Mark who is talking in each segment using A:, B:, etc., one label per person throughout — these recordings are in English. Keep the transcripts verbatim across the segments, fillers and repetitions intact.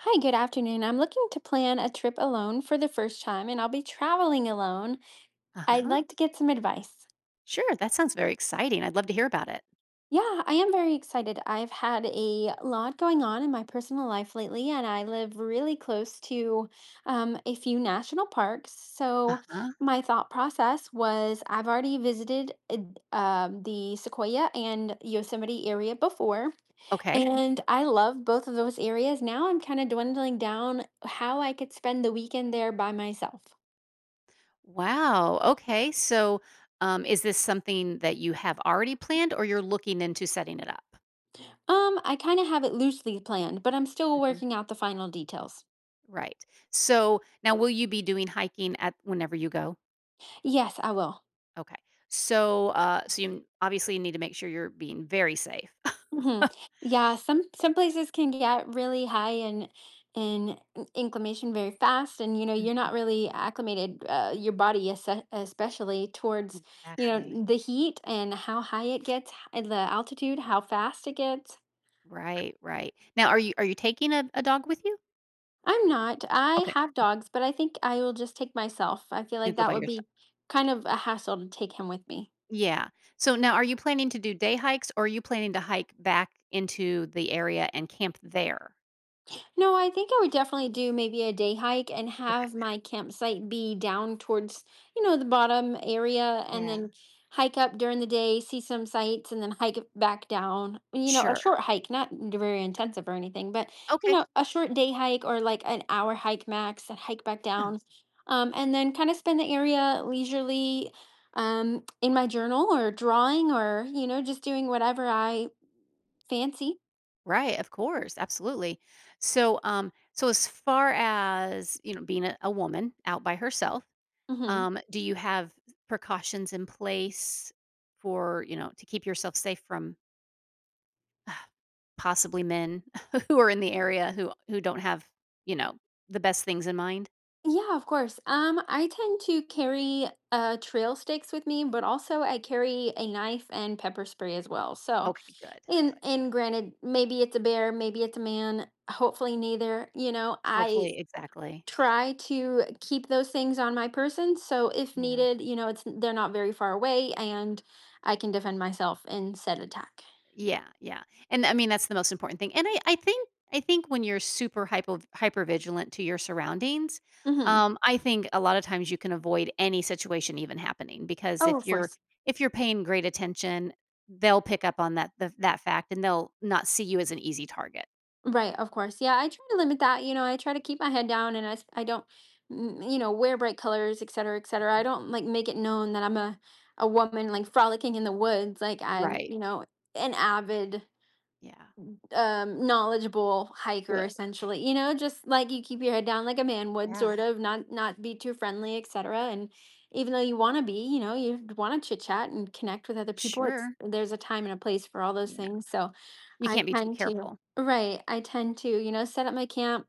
A: Hi, good afternoon. I'm looking to plan a trip alone for the first time, and I'll be traveling alone. I'd
B: Uh-huh.
A: like to get some advice.
B: Sure, that sounds very exciting. I'd love to hear about it.
A: Yeah, I am very excited. I've had a lot going on in my personal life lately, and I live really close to um, a few national parks. So
B: Uh-huh.
A: my thought process was I've already visited uh, um, the Sequoia and Yosemite area before.
B: Okay.
A: And I love both of those areas. Now I'm kind of dwindling down how I could spend the weekend there by myself.
B: Wow. Okay. So, um, is this something that you have already planned or you're looking into setting it up?
A: Um, I kind of have it loosely planned, but I'm still
B: Mhm.
A: working out the final details.
B: Right. So now will you be doing hiking at whenever you go?
A: Yes, I will.
B: Okay. So uh so you obviously need to make sure you're being very safe.
A: Hmm. Yeah, some some places can get really high in in inclination very fast, and you know you're
B: Mhm.
A: not really acclimated, uh, your body es- especially towards you know
B: Exactly.
A: the heat and how high it gets, h- the altitude, how fast it gets.
B: Right, right. Now are you are you taking a, a dog with you?
A: I'm not. I
B: Okay.
A: have dogs, but I think I will just take myself. I feel
B: You
A: like
B: go
A: that
B: by
A: would
B: yourself.
A: be kind of a hassle to take him with me.
B: Yeah. So now are you planning to do day hikes or are you planning to hike back into the area and camp there?
A: No, I think I would definitely do maybe a day hike and
B: Okay.
A: have my campsite be down towards, you know, the bottom area and
B: Yeah.
A: then hike up during the day, see some sights and then hike it back down. You know, a
B: Sure.
A: short hike, not very intensive or anything, but you
B: Okay.
A: know, a short day hike or like an hour hike max and hike back
B: Yeah.
A: down. Um, and then kind of spend the area leisurely um in my journal or drawing or, you know, just doing whatever I fancy.
B: Right. Of course. Absolutely. So, um, so as far as you know, being a, a woman out by herself,
A: Hmm.
B: um, do you have precautions in place for you know to keep yourself safe from possibly men who are in the area who who don't have you know the best things in mind?
A: Yeah, of course. Um, I tend to carry uh trail sticks with me, but also I carry a knife and pepper spray as well. So,
B: Okay. Good.
A: and
B: Good.
A: and granted, maybe it's a bear, maybe it's a man, hopefully neither. You know, I
B: Hopefully, exactly.
A: try to keep those things on my person, so if
B: Yeah.
A: needed, you know, it's they're not very far away and I can defend myself in said attack.
B: Yeah, yeah, and, I mean, that's the most important thing, and I I think I think when you're super hypo hyper vigilant to your surroundings,
A: Mm-hmm.
B: um, I think a lot of times you can avoid any situation even happening because
A: Oh,
B: if
A: of
B: you're
A: course.
B: if you're paying great attention, they'll pick up on that the that fact, and they'll not see you as an easy target.
A: Right, of course. Yeah, I try to limit that. You know, I try to keep my head down and I, s- I don't, mm, you know, wear bright colors, et cetera, et cetera. I
B: Mhm.
A: don't like make it known that I'm a, a woman like frolicking in the woods. Like I'm,
B: Right.
A: you know, an avid
B: Yeah.
A: um knowledgeable hiker
B: Good.
A: essentially, you know, just like you keep your head down like a man would
B: Yeah.
A: sort of, not not be too friendly, etc. And even though you want to be, you know, you want to chit chat and connect with other people, it's
B: Sure.
A: there's a time and a place for all those
B: Yeah.
A: things. So
B: You
A: i
B: can't be too
A: tend to
B: careful.
A: right i tend to, you know, set up my camp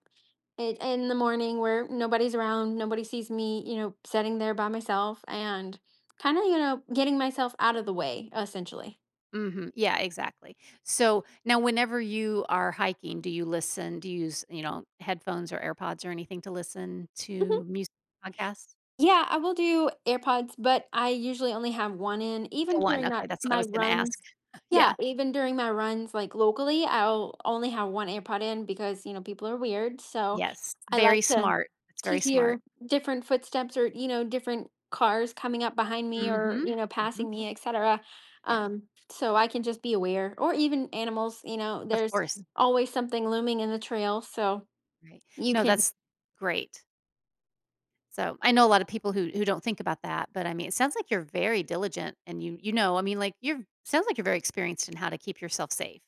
A: it, in the morning where nobody's around, nobody sees me, you know, sitting there by myself and kind of, you know, getting myself out of the way essentially.
B: Mhm. Yeah, exactly. So now whenever you are hiking, do you listen do you use, you know, headphones or AirPods or anything to listen to music podcasts?
A: Yeah, I will do AirPods, but I usually only have one in. Even
B: The one,
A: during
B: okay,
A: that
B: that's what I
A: my
B: was gonna ask.
A: runs, yeah,
B: Yeah.
A: even during my runs, like, locally, I'll only have one AirPod in because, you know, people are weird. So
B: Yes.
A: I
B: Very
A: like to
B: smart. That's
A: to
B: very smart.
A: hear different footsteps or, you know, different cars coming up behind me or,
B: Mhm.
A: you know,
B: Mhm.
A: passing me, etcetera,
B: Yeah.
A: um, so I can just be aware, or even animals, you know,
B: Of
A: there's
B: course.
A: always something looming in the trail, so
B: Right.
A: you
B: No,
A: can.
B: that's great. So, I know a lot of people who who don't think about that, but I mean, it sounds like you're very diligent and you you know, I mean, like, you're sounds like you're very experienced in how to keep yourself safe.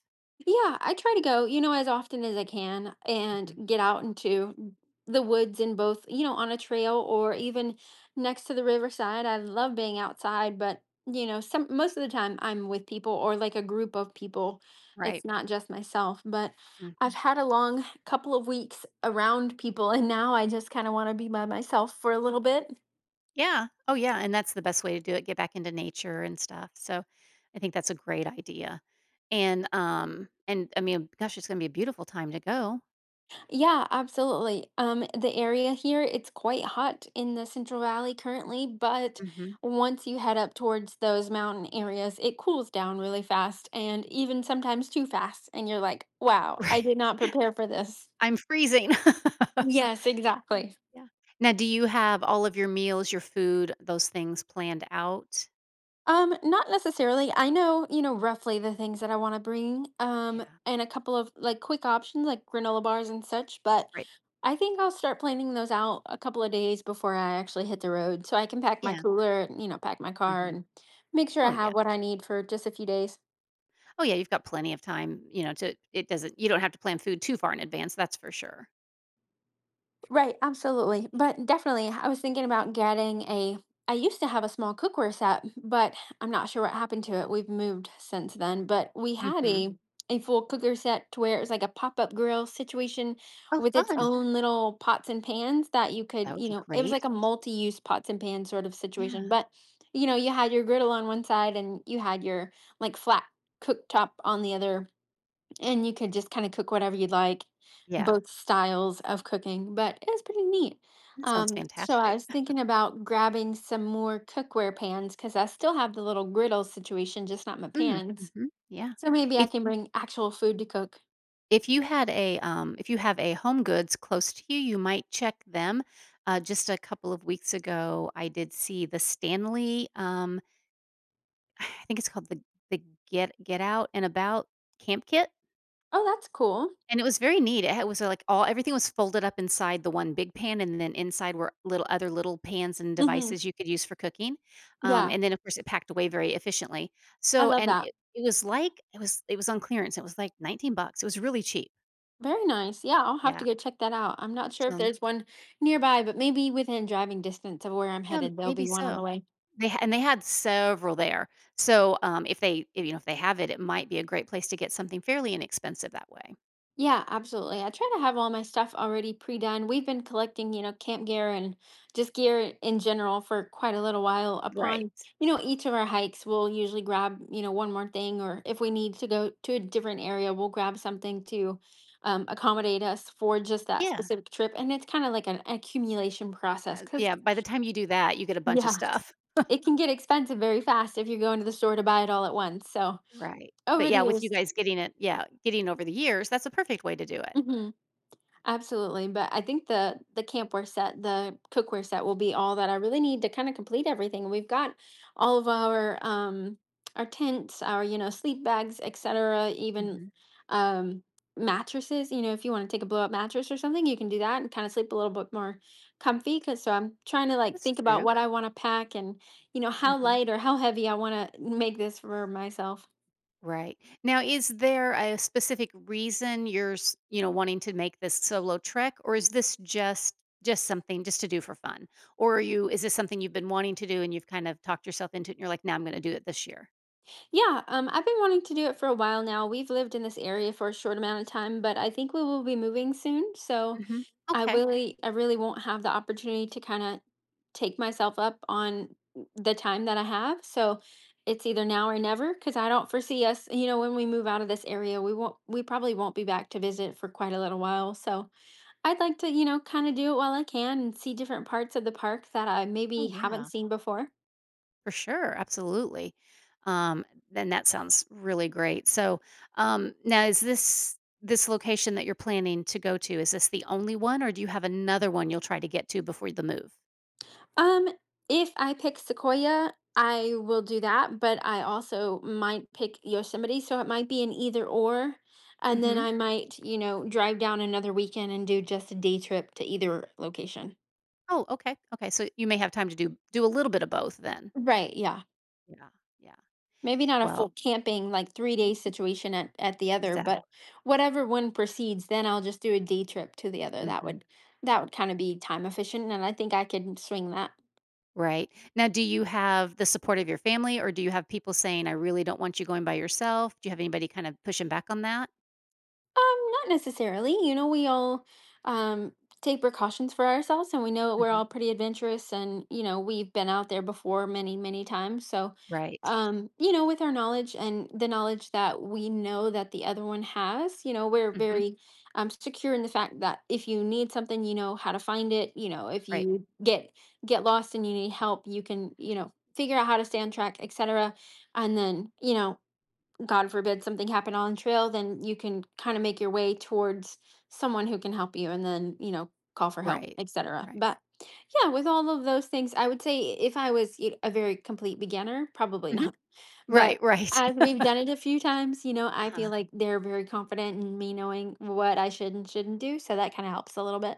A: Yeah, I try to go, you know, as often as I can and
B: Mhm.
A: get out into the woods in both, you know, on a trail or even next to the riverside. I love being outside, but you know, some most of the time I'm with people or like a group of people. It's
B: Right.
A: not just myself, but I've
B: Mhm.
A: had a long couple of weeks around people and now I just kind of want to be by myself for a little bit.
B: Yeah. Oh, yeah, and that's the best way to do it, get back into nature and stuff, so I think that's a great idea, and, um and, I mean, gosh, it's gonna be a beautiful time to go.
A: Yeah, absolutely. Um, the area here, it's quite hot in the Central Valley currently, but
B: Mhm.
A: once you head up towards those mountain areas, it cools
B: Yeah.
A: down really fast and even sometimes too fast. And you're like, wow, I
B: Right.
A: did not prepare for this.
B: I'm freezing.
A: Yes, exactly.
B: Yeah. Now do you have all of your meals, your food, those things planned out?
A: Um, not necessarily. I know, you know, roughly the things that I want to bring, um,
B: Yeah.
A: and a couple of like quick options like granola bars and such, but
B: Right.
A: I think I'll start planning those out a couple of days before I actually hit the road so I can pack my
B: Yeah.
A: cooler, and, you know, pack my car
B: Mhm.
A: and make sure I
B: Oh, yeah.
A: have what I need for just a few days.
B: Oh, yeah, you've got plenty of time, you know, to it doesn't you don't have to plan food too far in advance, that's for sure.
A: Right,
B: Yeah.
A: absolutely. But definitely, I was thinking about getting a. I used to have a small cookware set, but I'm not sure what happened to it. We've moved since then, but we had
B: Mhm.
A: a a full cooker set to where it was like a pop-up grill situation
B: Oh,
A: with its
B: fun.
A: own little pots and pans that you
B: That
A: could,
B: would
A: you
B: be
A: know, it was
B: great.
A: like a multi-use pots and pans sort of situation.
B: Yeah.
A: But, you know, you had your griddle on one side and you had your like flat cooktop on the other and you could just kind of cook whatever you'd like,
B: Yeah.
A: both styles of cooking, but it was pretty neat.
B: That sounds
A: Um, so I
B: fantastic.
A: was thinking about grabbing some more cookware pans because I still have the little griddle situation, just not my
B: Mm,
A: pans.
B: mhm, yeah.
A: So maybe I
B: If
A: can bring actual food to cook.
B: if you had a, um if you have a Home Goods close to you, you might check them. Uh, just a couple of weeks ago, I did see the Stanley, um I think it's called the the Get Get Out and About camp kit.
A: Oh, that's cool.
B: And it was very neat. It had was, uh, like, All everything was folded up inside the one big pan, and then inside were little other little pans and
A: Hmm.
B: devices you could use for cooking. Um,
A: Yeah,
B: and then, of course, it packed away very efficiently.
A: I
B: So
A: love
B: and
A: that.
B: it it was like it was it was on clearance. It was like nineteen bucks. It was really cheap.
A: Very nice. Yeah, I'll have
B: Yeah.
A: to go check that out. I'm not sure
B: So,
A: if
B: um,
A: there's one nearby, but maybe within driving distance of where I'm
B: yeah,
A: headed, there'll
B: maybe
A: be one on the
B: so.
A: way.
B: They ha and they had several there. So, um, if they if, you know, if they have it, it might be a great place to get something fairly inexpensive that way.
A: Yeah, absolutely. I try to have all my stuff already pre-done. We've been collecting, you know, camp gear and just gear in general for quite a little while. Upon,
B: Right.
A: you know, each of our hikes, we'll usually grab, you know, one more thing, or if we need to go to a different area, we'll grab something to um, accommodate us for just that
B: Yeah.
A: specific trip. And it's kind of like an accumulation process
B: Uh,
A: because,
B: yeah, by the time you do that, you get a bunch of
A: yeah,
B: stuff.
A: it can get expensive very fast if you're going to the store to buy it all at once. So
B: Right. But
A: over the
B: yeah, with you
A: years,
B: guys getting it yeah, getting over the years, that's a perfect way to do it.
A: mhm. Absolutely, but I think the the campware set, the cookware set will be all that I really need to kind of complete everything. We've got all of our um our tents, our you know sleep bags, etcetera, even
B: Mhm.
A: um mattresses, you know, if you want to take a blow up mattress or something, you can do that and kind of sleep a little bit more comfy. Cause so I'm trying to like
B: That's
A: think about
B: true.
A: what I want to pack and you know how
B: Mhm.
A: light or how heavy I want to make this for myself.
B: Right. Now is there a specific reason you're, s you know, wanting to make this solo trek, or is this just just something just to do for fun? Or are you is this something you've been wanting to do and you've kind of talked yourself into it and you're like, "Now I'm gonna do it this year"?
A: Yeah, um, I've been wanting to do it for a while now. We've lived in this area for a short amount of time, but I think we will be moving soon. So
B: Mhm.
A: I
B: Okay.
A: really, I really won't have the opportunity to kind of take myself up on the time that I have. So it's either now or never because I don't foresee us, you know, when we move out of this area, we won't, we probably won't be back to visit for quite a little while. So I'd like to, you know, kind of do it while I can and see different parts of the park that I
B: Oh,
A: maybe haven't
B: yeah.
A: seen before.
B: For sure, absolutely. Um, then that sounds really great. So, um, now is this this location that you're planning to go to? Is this the only one, or do you have another one you'll try to get to before the move?
A: Um, if I pick Sequoia, I will do that, but I also might pick Yosemite, so it might be an either or. And then
B: Hmm.
A: I might, you know, drive down another weekend and do just a day trip to either location.
B: Oh, okay, okay. So you may have time to do do a little bit of both then.
A: Right, yeah.
B: Yeah, yeah.
A: Maybe not a full
B: Well,
A: camping, like three day
B: mm,
A: situation at, at the other, but
B: exactly.
A: whatever one proceeds, then I'll just do a day trip to the other. That
B: Hmm.
A: would that would kind of be time efficient and I think I could swing that.
B: Right now, do you have the support of your family, or do you have people saying, "I really don't want you going by yourself"? Do you have anybody kind of pushing back on that?
A: Um, not necessarily. You know, we all um take precautions for ourselves and we know we're
B: Hmm.
A: all pretty adventurous and, you know, we've been out there before many, many times. So,
B: Right.
A: um, you know, with our knowledge and the knowledge that we know that the other one has, you know, we're
B: Hmm.
A: very um secure in the fact that if you need something, you know how to find it, you know, if
B: Right.
A: you get get lost and you need help, you can, you know, figure out how to stay on track, etcetera. And then, you know, God forbid something happened on the trail, then you can kind of make your way towards someone who can help you and then, you know, call for help,
B: Right.
A: etcetera.
B: Right.
A: But yeah, with all of those things, I would say if I was you a very complete beginner, probably
B: Mhm.
A: not. But
B: Right, right.
A: as we've done it a few times, you know, I
B: uh
A: feel like they're very confident in me knowing what I should and shouldn't do. So that kind of helps a little bit.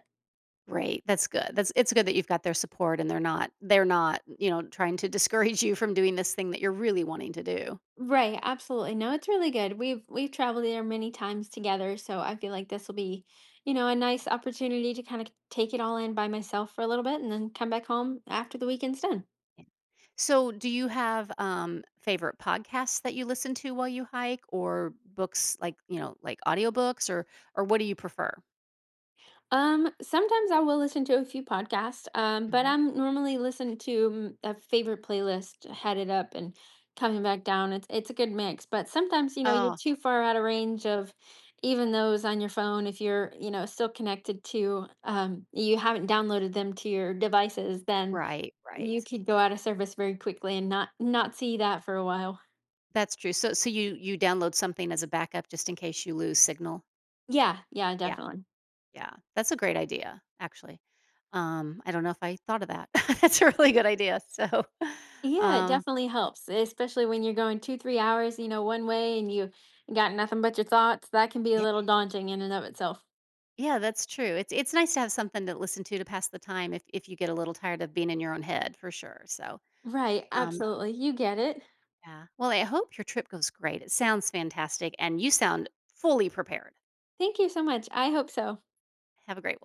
B: Right, that's good. That's it's good that you've got their support and they're not they're not, you know, trying to discourage you from doing this thing that you're really wanting to do.
A: Right, absolutely. No, it's really good. We've we've traveled there many times together, so I feel like this will be, you know, a
B: Yeah,
A: nice opportunity to kind of take it all in by myself for a little bit and then come back home after the weekend's done.
B: yeah. So, do you have, um, favorite podcasts that you listen to while you hike or books like, you know, like audiobooks or or what do you prefer?
A: Um, sometimes I will listen to a few podcasts, um, but
B: Mhm.
A: I'm normally listening to mm, a favorite playlist headed up and coming back down. It's it's a good mix, but sometimes, you know, you're
B: Oh,
A: too far out of range of even those on your phone if you're, you know, still connected to um you haven't downloaded them to your devices, then
B: right,
A: you
B: right.
A: could go out of service very quickly and not not see that for a while.
B: That's true. So so you you download something as a backup just in case you lose signal?
A: Yeah, yeah,
B: Yeah.
A: definitely.
B: Yeah, that's a great idea, actually. Um, I don't know if I thought of that. That's a really good idea. So,
A: Yeah, it
B: um,
A: definitely helps, especially when you're going two, three hours, you know, one way and you got nothing but your thoughts. That can be a
B: yeah,
A: little daunting in and of itself.
B: yeah, that's true. It's it's nice to have something to listen to to pass the time if if you get a little tired of being in your own head, for sure. So,
A: Right,
B: um,
A: absolutely. You get it.
B: yeah. Well, I hope your trip goes great. It sounds fantastic, and you sound fully prepared.
A: Thank you so much. I hope so.
B: Have a great